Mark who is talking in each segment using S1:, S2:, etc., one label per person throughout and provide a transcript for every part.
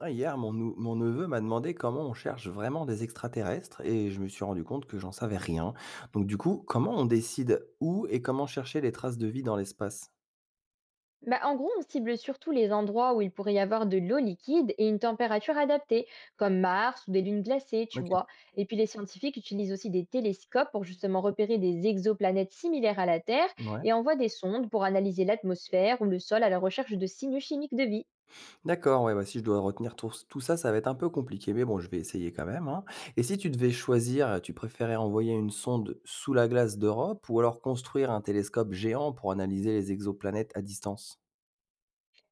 S1: Ah, hier, mon neveu m'a demandé comment on cherche vraiment des extraterrestres et je me suis rendu compte que j'en savais rien. Donc, du coup, comment on décide où et comment chercher les traces de vie dans l'espace.
S2: Bah, en gros, on cible surtout les endroits où il pourrait y avoir de l'eau liquide et une température adaptée, comme Mars ou des lunes glacées, tu
S1: Ok.
S2: vois. Et puis les scientifiques utilisent aussi des télescopes pour justement repérer des exoplanètes similaires à la Terre
S1: Ouais.
S2: et envoient des sondes pour analyser l'atmosphère ou le sol à la recherche de signaux chimiques de vie.
S1: D'accord, ouais, bah, si je dois retenir tout ça, ça va être un peu compliqué, mais bon, je vais essayer quand même, hein. Et si tu devais choisir, tu préférais envoyer une sonde sous la glace d'Europe ou alors construire un télescope géant pour analyser les exoplanètes à distance?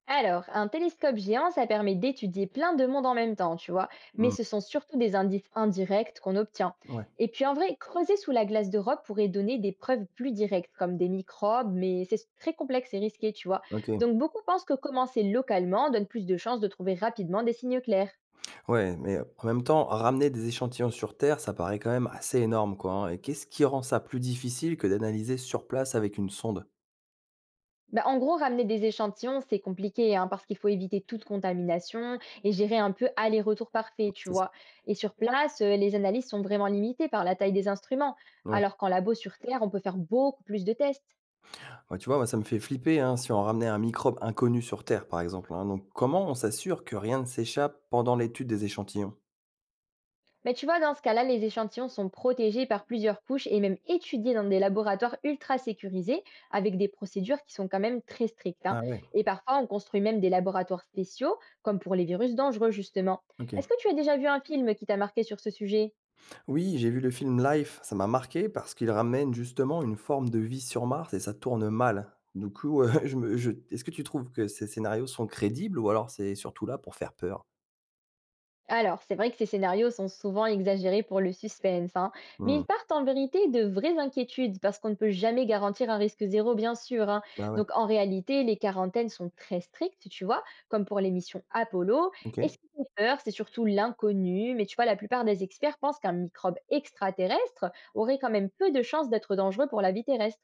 S2: Alors, un télescope géant, ça permet d'étudier plein de mondes en même temps, tu vois, mais
S1: Hmm.
S2: ce sont surtout des indices indirects qu'on obtient.
S1: Ouais,
S2: Et puis en vrai, creuser sous la glace d'Europe pourrait donner des preuves plus directes, comme des microbes, mais c'est très complexe et risqué, tu vois.
S1: ok.
S2: Donc beaucoup pensent que commencer localement donne plus de chances de trouver rapidement des signaux clairs.
S1: Ouais, mais en même temps, ramener des échantillons sur Terre, ça paraît quand même assez énorme, quoi, hein. Et qu'est-ce qui rend ça plus difficile que d'analyser sur place avec une sonde?
S2: Bah, en gros, ramener des échantillons, c'est compliqué hein, parce qu'il faut éviter toute contamination et gérer un peu aller-retour parfait, tu
S1: C'est ça.
S2: vois. Et sur place, les analyses sont vraiment limitées par la taille des instruments,
S1: Ouais.
S2: alors qu'en labo sur Terre, on peut faire beaucoup plus de tests.
S1: Bah, tu vois, moi, ça me fait flipper, hein, si on ramenait un microbe inconnu sur Terre, par exemple, hein. Donc, comment on s'assure que rien ne s'échappe pendant l'étude des échantillons?
S2: Mais tu vois, dans ce cas-là, les échantillons sont protégés par plusieurs couches et même étudiés dans des laboratoires ultra sécurisés avec des procédures qui sont quand même très strictes, hein.
S1: Ah ouais,
S2: Et parfois, on construit même des laboratoires spéciaux, comme pour les virus dangereux, justement. Est-ce que
S1: ok.
S2: tu as déjà vu un film qui t'a marqué sur ce sujet?
S1: Oui, j'ai vu le film Life, ça m'a marqué parce qu'il ramène justement une forme de vie sur Mars et ça tourne mal. Du coup, est-ce que tu trouves que ces scénarios sont crédibles ou alors c'est surtout là pour faire peur?
S2: Alors, c'est vrai que ces scénarios sont souvent exagérés pour le suspense, hein, mais ils
S1: Hmm.
S2: partent en vérité de vraies inquiétudes parce qu'on ne peut jamais garantir un risque zéro, bien sûr, hein.
S1: Bah ouais.
S2: Donc, en réalité, les quarantaines sont très strictes, tu vois, comme pour les missions Apollo. Et ce
S1: OK.
S2: qui fait peur, c'est surtout l'inconnu, mais tu vois, la plupart des experts pensent qu'un microbe extraterrestre aurait quand même peu de chances d'être dangereux pour la vie terrestre.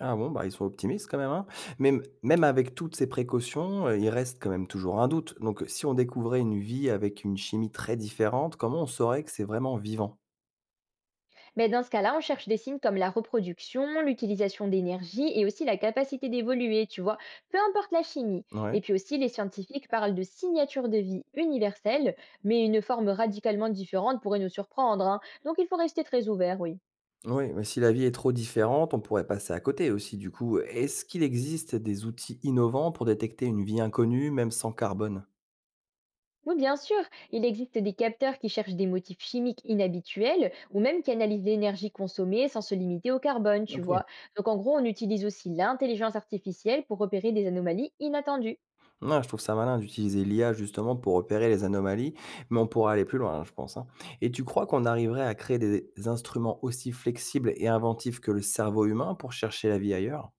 S1: Ah bon, bah, ils sont optimistes quand même, hein. Même avec toutes ces précautions, il reste quand même toujours un doute. Donc si on découvrait une vie avec une chimie très différente, comment on saurait que c'est vraiment vivant?
S2: Mais dans ce cas-là, on cherche des signes comme la reproduction, l'utilisation d'énergie et aussi la capacité d'évoluer, tu vois, peu importe la chimie.
S1: Ouais.
S2: Et puis aussi, les scientifiques parlent de signature de vie universelle, mais une forme radicalement différente pourrait nous surprendre, hein. Donc il faut rester très ouvert, oui.
S1: Oui, mais si la vie est trop différente, on pourrait passer à côté aussi du coup. Est-ce qu'il existe des outils innovants pour détecter une vie inconnue, même sans carbone?
S2: Oui, bien sûr, il existe des capteurs qui cherchent des motifs chimiques inhabituels ou même qui analysent l'énergie consommée sans se limiter au carbone, tu
S1: OK.
S2: vois. Donc en gros, on utilise aussi l'intelligence artificielle pour repérer des anomalies inattendues.
S1: Ouais, je trouve ça malin d'utiliser l'IA justement pour repérer les anomalies, mais on pourra aller plus loin, hein, je pense, hein. Et tu crois qu'on arriverait à créer des instruments aussi flexibles et inventifs que le cerveau humain pour chercher la vie ailleurs?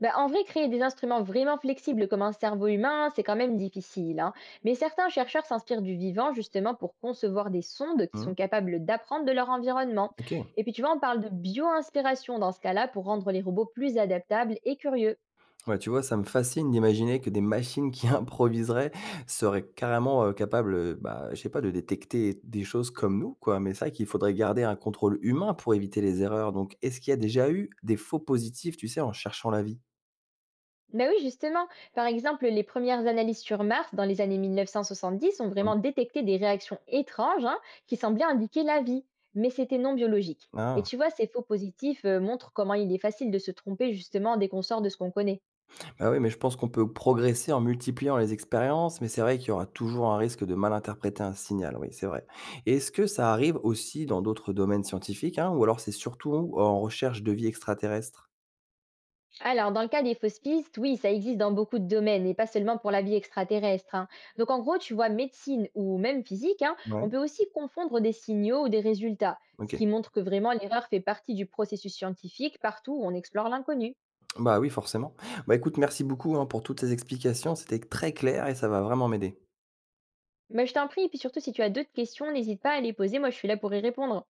S2: Bah, en vrai, créer des instruments vraiment flexibles comme un cerveau humain, c'est quand même difficile, hein. Mais certains chercheurs s'inspirent du vivant justement pour concevoir des sondes qui
S1: Hmm,
S2: sont capables d'apprendre de leur environnement.
S1: ok.
S2: Et puis tu vois, on parle de bio-inspiration dans ce cas-là pour rendre les robots plus adaptables et curieux.
S1: Ouais, tu vois, ça me fascine d'imaginer que des machines qui improviseraient seraient carrément capables, bah, je sais pas, de détecter des choses comme nous, quoi. Mais c'est vrai qu'il faudrait garder un contrôle humain pour éviter les erreurs. Donc, est-ce qu'il y a déjà eu des faux positifs, tu sais, en cherchant la vie?
S2: Ben oui, justement. Par exemple, les premières analyses sur Mars dans les années 1970 ont
S1: Hmm.
S2: vraiment détecté des réactions étranges hein, qui semblaient indiquer la vie, mais c'était non biologique. Et
S1: Ah.
S2: tu vois, ces faux positifs montrent comment il est facile de se tromper justement dès qu'on sort de ce qu'on connaît.
S1: Ah oui, mais je pense qu'on peut progresser en multipliant les expériences, mais c'est vrai qu'il y aura toujours un risque de mal interpréter un signal, oui, c'est vrai. Et est-ce que ça arrive aussi dans d'autres domaines scientifiques, hein, ou alors c'est surtout en recherche de vie extraterrestre?
S2: Alors, dans le cas des fausses pistes, oui, ça existe dans beaucoup de domaines et pas seulement pour la vie extraterrestre, hein. Donc, en gros, tu vois, médecine ou même physique, hein, on
S1: Ouais,
S2: peut aussi confondre des signaux ou des résultats, ce
S1: OK.
S2: qui montre que vraiment l'erreur fait partie du processus scientifique partout où on explore l'inconnu.
S1: Bah oui, forcément. Bah écoute, merci beaucoup, hein, pour toutes ces explications, c'était très clair et ça va vraiment m'aider.
S2: Mais je t'en prie et puis surtout si tu as d'autres questions, n'hésite pas à les poser, moi je suis là pour y répondre.